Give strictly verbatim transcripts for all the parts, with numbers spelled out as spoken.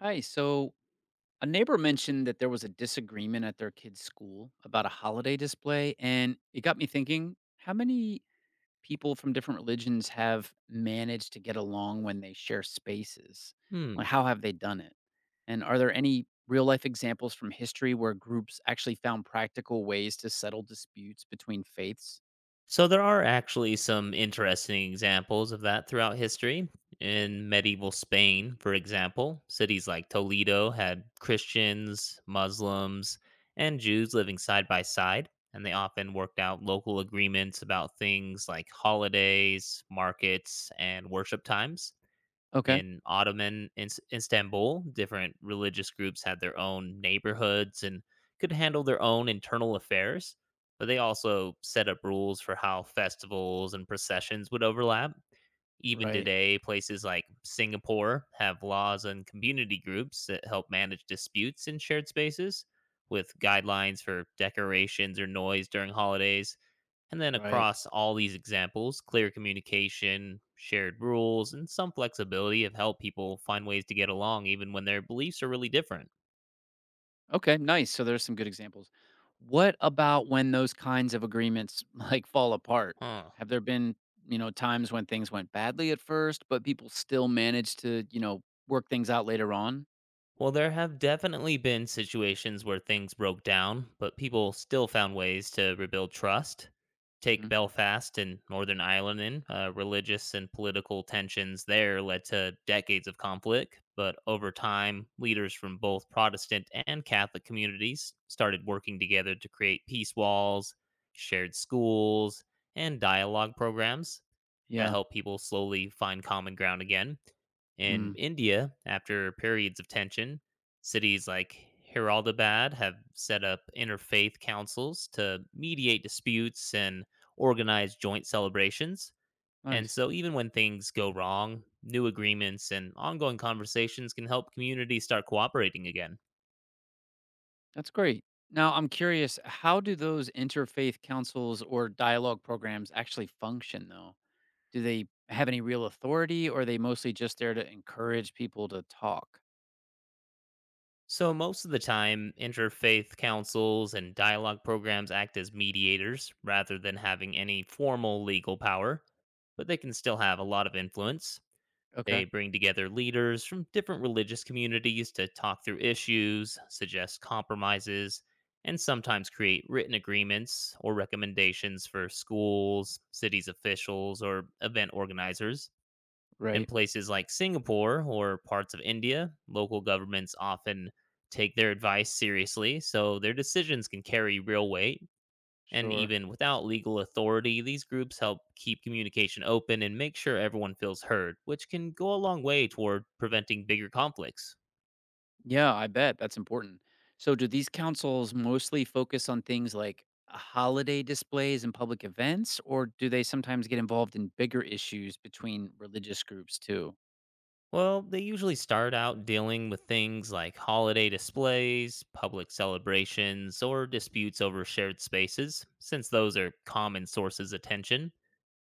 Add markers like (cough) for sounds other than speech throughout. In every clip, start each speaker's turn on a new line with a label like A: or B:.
A: Hi. So a neighbor mentioned that there was a disagreement at their kid's school about a holiday display. And it got me thinking, how many people from different religions have managed to get along when they share spaces?
B: Hmm.
A: Like, how have they done it? And are there any real life examples from history where groups actually found practical ways to settle disputes between faiths?
B: So there are actually some interesting examples of that throughout history. In medieval Spain, for example, cities like Toledo had Christians, Muslims, and Jews living side by side, and they often worked out local agreements about things like holidays, markets, and worship times.
A: Okay.
B: In Ottoman Ins Istanbul, different religious groups had their own neighborhoods and could handle their own internal affairs, but they also set up rules for how festivals and processions would overlap. Even
A: Right.
B: today, places like Singapore have laws and community groups that help manage disputes in shared spaces with guidelines for decorations or noise during holidays. And then
A: Right.
B: across all these examples, clear communication, shared rules, and some flexibility have helped people find ways to get along even when their beliefs are really different.
A: Okay, nice. So there's some good examples. What about when those kinds of agreements (laughs) like fall apart?
B: Huh.
A: Have there been, you know, times when things went badly at first, but people still managed to, you know, work things out later on?
B: Well, there have definitely been situations where things broke down, but people still found ways to rebuild trust.
A: Hmm.
B: Take Belfast and Northern Ireland in. Uh, religious and political tensions there led to decades of conflict, but over time, leaders from both Protestant and Catholic communities started working together to create peace walls, shared schools, and dialogue programs that
A: Yeah.
B: helped people slowly find common ground again. In
A: Mm,
B: India, after periods of tension, cities like Heraldabad have set up interfaith councils to mediate disputes and organize joint celebrations. And
A: nice.
B: so, even when things go wrong, new agreements and ongoing conversations can help communities start cooperating again.
A: That's great. Now, I'm curious, how do those interfaith councils or dialogue programs actually function, though? Do they have any real authority, or are they mostly just there to encourage people to talk?
B: So, most of the time, interfaith councils and dialogue programs act as mediators rather than having any formal legal power, but they can still have a lot of influence. They
A: Okay.
B: bring together leaders from different religious communities to talk through issues, suggest compromises, and sometimes create written agreements or recommendations for schools, cities officials, or event organizers. In
A: Right.
B: places like Singapore or parts of India, local governments often take their advice seriously, so their decisions can carry real weight. And
A: Sure.
B: even without legal authority, these groups help keep communication open and make sure everyone feels heard, which can go a long way toward preventing bigger conflicts.
A: Yeah, I bet. That's important. So, do these councils mostly focus on things like holiday displays and public events, or do they sometimes get involved in bigger issues between religious groups too?
B: Well, they usually start out dealing with things like holiday displays, public celebrations, or disputes over shared spaces, since those are common sources of tension.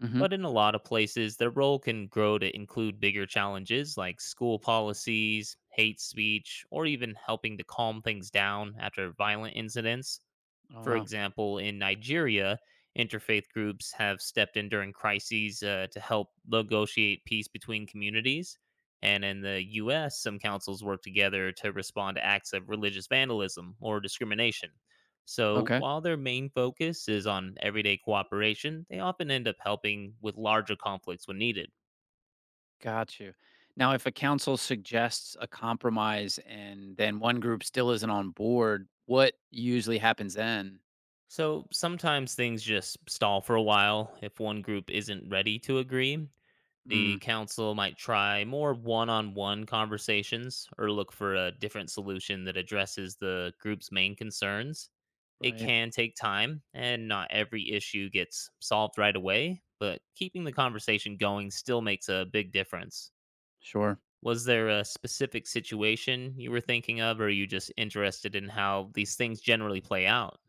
A: Hmm.
B: But in a lot of places, their role can grow to include bigger challenges like school policies, hate speech, or even helping to calm things down after violent incidents.
A: Oh,
B: For
A: wow.
B: example, in Nigeria, interfaith groups have stepped in during crises uh, to help negotiate peace between communities. And in the U S, some councils work together to respond to acts of religious vandalism or discrimination. So,
A: Okay.
B: while their main focus is on everyday cooperation, they often end up helping with larger conflicts when needed.
A: Got you. Now, if a council suggests a compromise and then one group still isn't on board, what usually happens then?
B: So sometimes things just stall for a while if one group isn't ready to agree.
A: Mm,
B: The council might try more one on one conversations or look for a different solution that addresses the group's main concerns. It
A: right.
B: can take time, and not every issue gets solved right away, but keeping the conversation going still makes a big difference.
A: Sure.
B: Was there a specific situation you were thinking of, or are you just interested in how these things generally play out?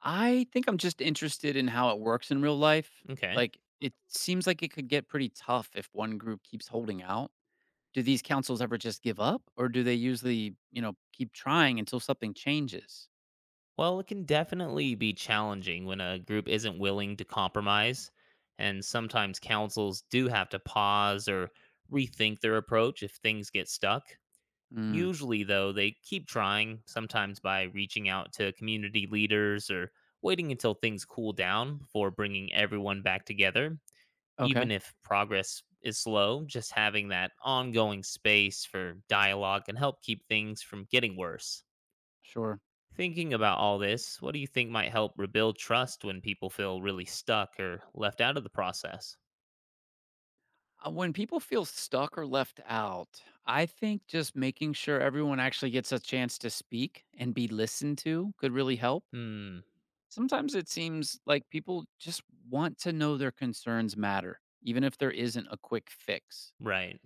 A: I think I'm just interested in how it works in real life.
B: Okay.
A: Like, it seems like it could get pretty tough if one group keeps holding out. Do these councils ever just give up, or do they usually, you know, keep trying until something changes?
B: Well, it can definitely be challenging when a group isn't willing to compromise, and sometimes councils do have to pause or rethink their approach if things get stuck.
A: Mm,
B: Usually, though, they keep trying, sometimes by reaching out to community leaders or waiting until things cool down before bringing everyone back together.
A: okay,
B: Even if progress is slow, just having that ongoing space for dialogue can help keep things from getting worse.
A: sure.
B: Thinking about all this, what do you think might help rebuild trust when people feel really stuck or left out of the process?
A: Uh, When people feel stuck or left out, I think just making sure everyone actually gets a chance to speak and be listened to could really help.
B: Hmm,
A: Sometimes it seems like people just want to know their concerns matter, even if there isn't a quick fix.
B: right.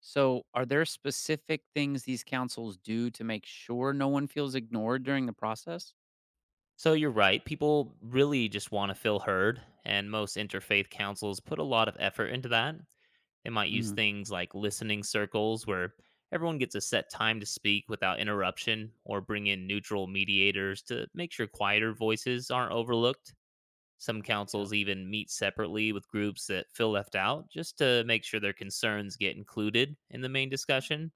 A: So, are there specific things these councils do to make sure no one feels ignored during the process?
B: So you're right. People really just want to feel heard, and most interfaith councils put a lot of effort into that. They might use
A: Hmm.
B: things like listening circles where everyone gets a set time to speak without interruption, or bring in neutral mediators to make sure quieter voices aren't overlooked. Some
A: Yeah.
B: councils even meet separately with groups that feel left out just to make sure their concerns get included in the main discussion.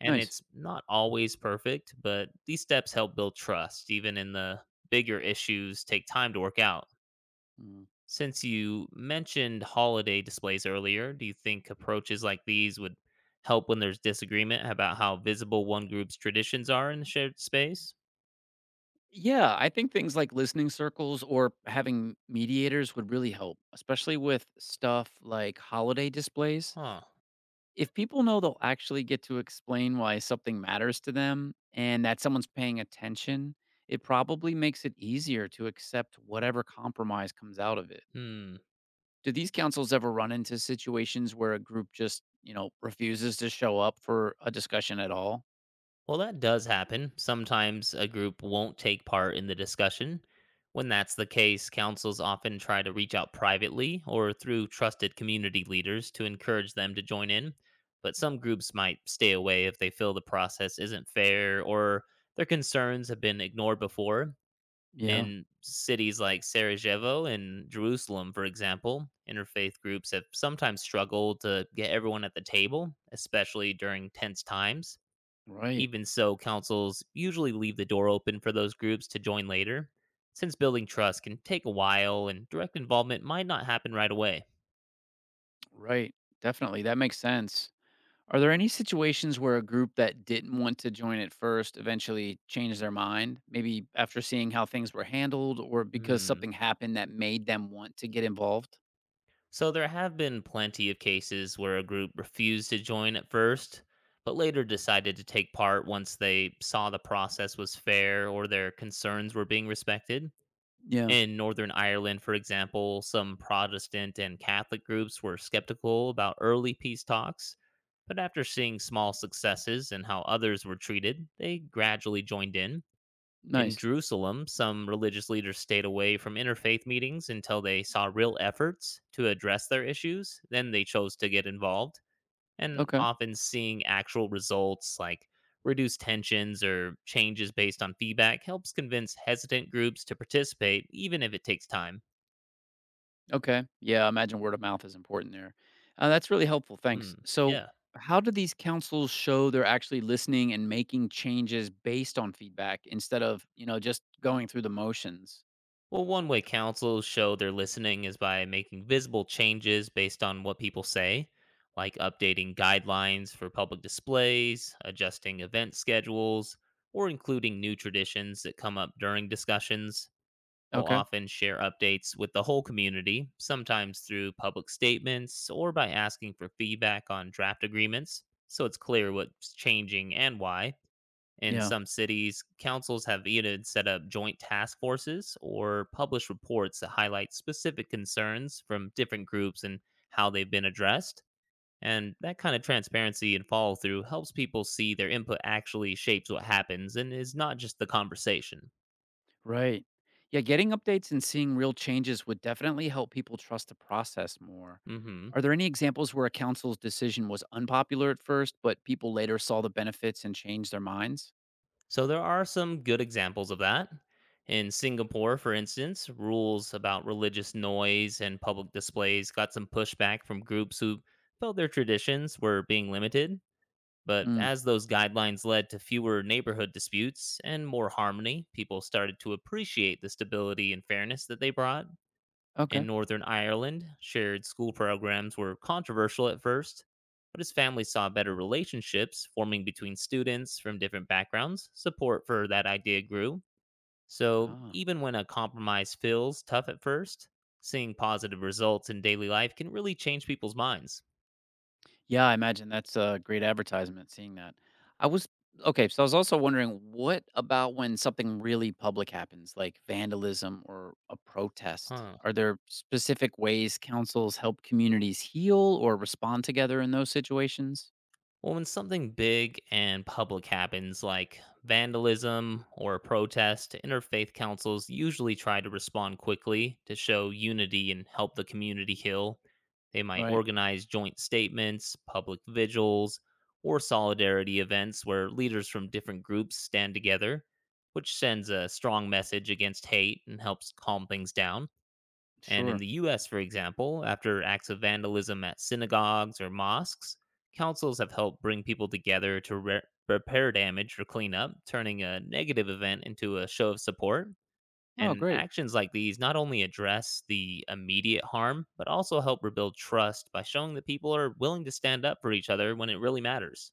B: And
A: Nice.
B: it's not always perfect, but these steps help build trust, even in the bigger issues take time to work out.
A: Mm.
B: Since you mentioned holiday displays earlier, do you think approaches like these would help when there's disagreement about how visible one group's traditions are in the shared space?
A: Yeah, I think things like listening circles or having mediators would really help, especially with stuff like holiday displays.
B: Huh.
A: If people know they'll actually get to explain why something matters to them and that someone's paying attention, it probably makes it easier to accept whatever compromise comes out of it.
B: Hmm.
A: Do these councils ever run into situations where a group just, you know, refuses to show up for a discussion at all?
B: Well, that does happen. Sometimes a group won't take part in the discussion. When that's the case, councils often try to reach out privately or through trusted community leaders to encourage them to join in. But some groups might stay away if they feel the process isn't fair or their concerns have been ignored before.
A: Yeah,
B: In cities like Sarajevo and Jerusalem, for example, interfaith groups have sometimes struggled to get everyone at the table, especially during tense times.
A: right,
B: Even so, councils usually leave the door open for those groups to join later, since building trust can take a while and direct involvement might not happen right away.
A: right. Definitely. That makes sense. Are there any situations where a group that didn't want to join at first eventually changed their mind? Maybe after seeing how things were handled, or because
B: Hmm.
A: something happened that made them want to get involved?
B: So there have been plenty of cases where a group refused to join at first, but later decided to take part once they saw the process was fair or their concerns were being respected.
A: Yeah,
B: In Northern Ireland, for example, some Protestant and Catholic groups were skeptical about early peace talks, but after seeing small successes and how others were treated, they gradually joined in. In
A: nice.
B: Jerusalem, some religious leaders stayed away from interfaith meetings until they saw real efforts to address their issues, then they chose to get involved and
A: Okay.
B: often seeing actual results like reduced tensions or changes based on feedback helps convince hesitant groups to participate, even if it takes time.
A: Okay. Yeah, I imagine word of mouth is important there. Uh, that's really helpful. Thanks.
B: Hmm.
A: So,
B: Yeah.
A: how do these councils show they're actually listening and making changes based on feedback, instead of, you know, just going through the motions?
B: Well, one way councils show they're listening is by making visible changes based on what people say, like updating guidelines for public displays, adjusting event schedules, or including new traditions that come up during discussions. Will
A: Okay.
B: often share updates with the whole community, sometimes through public statements or by asking for feedback on draft agreements, so it's clear what's changing and why. In
A: Yeah.
B: some cities, councils have even set up joint task forces or published reports that highlight specific concerns from different groups and how they've been addressed. And that kind of transparency and follow through helps people see their input actually shapes what happens and is not just the conversation.
A: Right. Yeah. Getting updates and seeing real changes would definitely help people trust the process more.
B: Hmm.
A: Are there any examples where a council's decision was unpopular at first, but people later saw the benefits and changed their minds?
B: So there are some good examples of that. In Singapore, for instance, rules about religious noise and public displays got some pushback from groups who felt their traditions were being limited. But
A: Mm.
B: as those guidelines led to fewer neighborhood disputes and more harmony, people started to appreciate the stability and fairness that they brought. In
A: Okay.
B: Northern Ireland, shared school programs were controversial at first, but his family saw better relationships forming between students from different backgrounds. Support for that idea grew. So,
A: Ah.
B: even when a compromise feels tough at first, seeing positive results in daily life can really change people's minds.
A: Yeah, I imagine that's a great advertisement, seeing that. I was okay, so I was also wondering, what about when something really public happens, like vandalism or a protest?
B: Huh.
A: Are there specific ways councils help communities heal or respond together in those situations?
B: Well, when something big and public happens, like vandalism or a protest, interfaith councils usually try to respond quickly to show unity and help the community heal. They might
A: Right.
B: organize joint statements, public vigils, or solidarity events where leaders from different groups stand together, which sends a strong message against hate and helps calm things down. And in
A: Sure.
B: the U S, for example, after acts of vandalism at synagogues or mosques, councils have helped bring people together to re- repair damage or clean up, turning a negative event into a show of support.
A: Oh,
B: And
A: great.
B: actions like these not only address the immediate harm, but also help rebuild trust by showing that people are willing to stand up for each other when it really matters.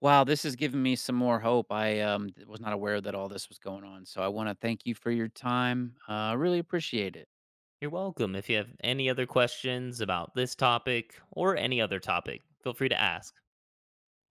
A: Wow, this has given me some more hope. I um, th- was not aware that all this was going on. So I want to thank you for your time. I uh, really appreciate it.
B: You're welcome. If you have any other questions about this topic or any other topic, feel free to ask.
A: Well,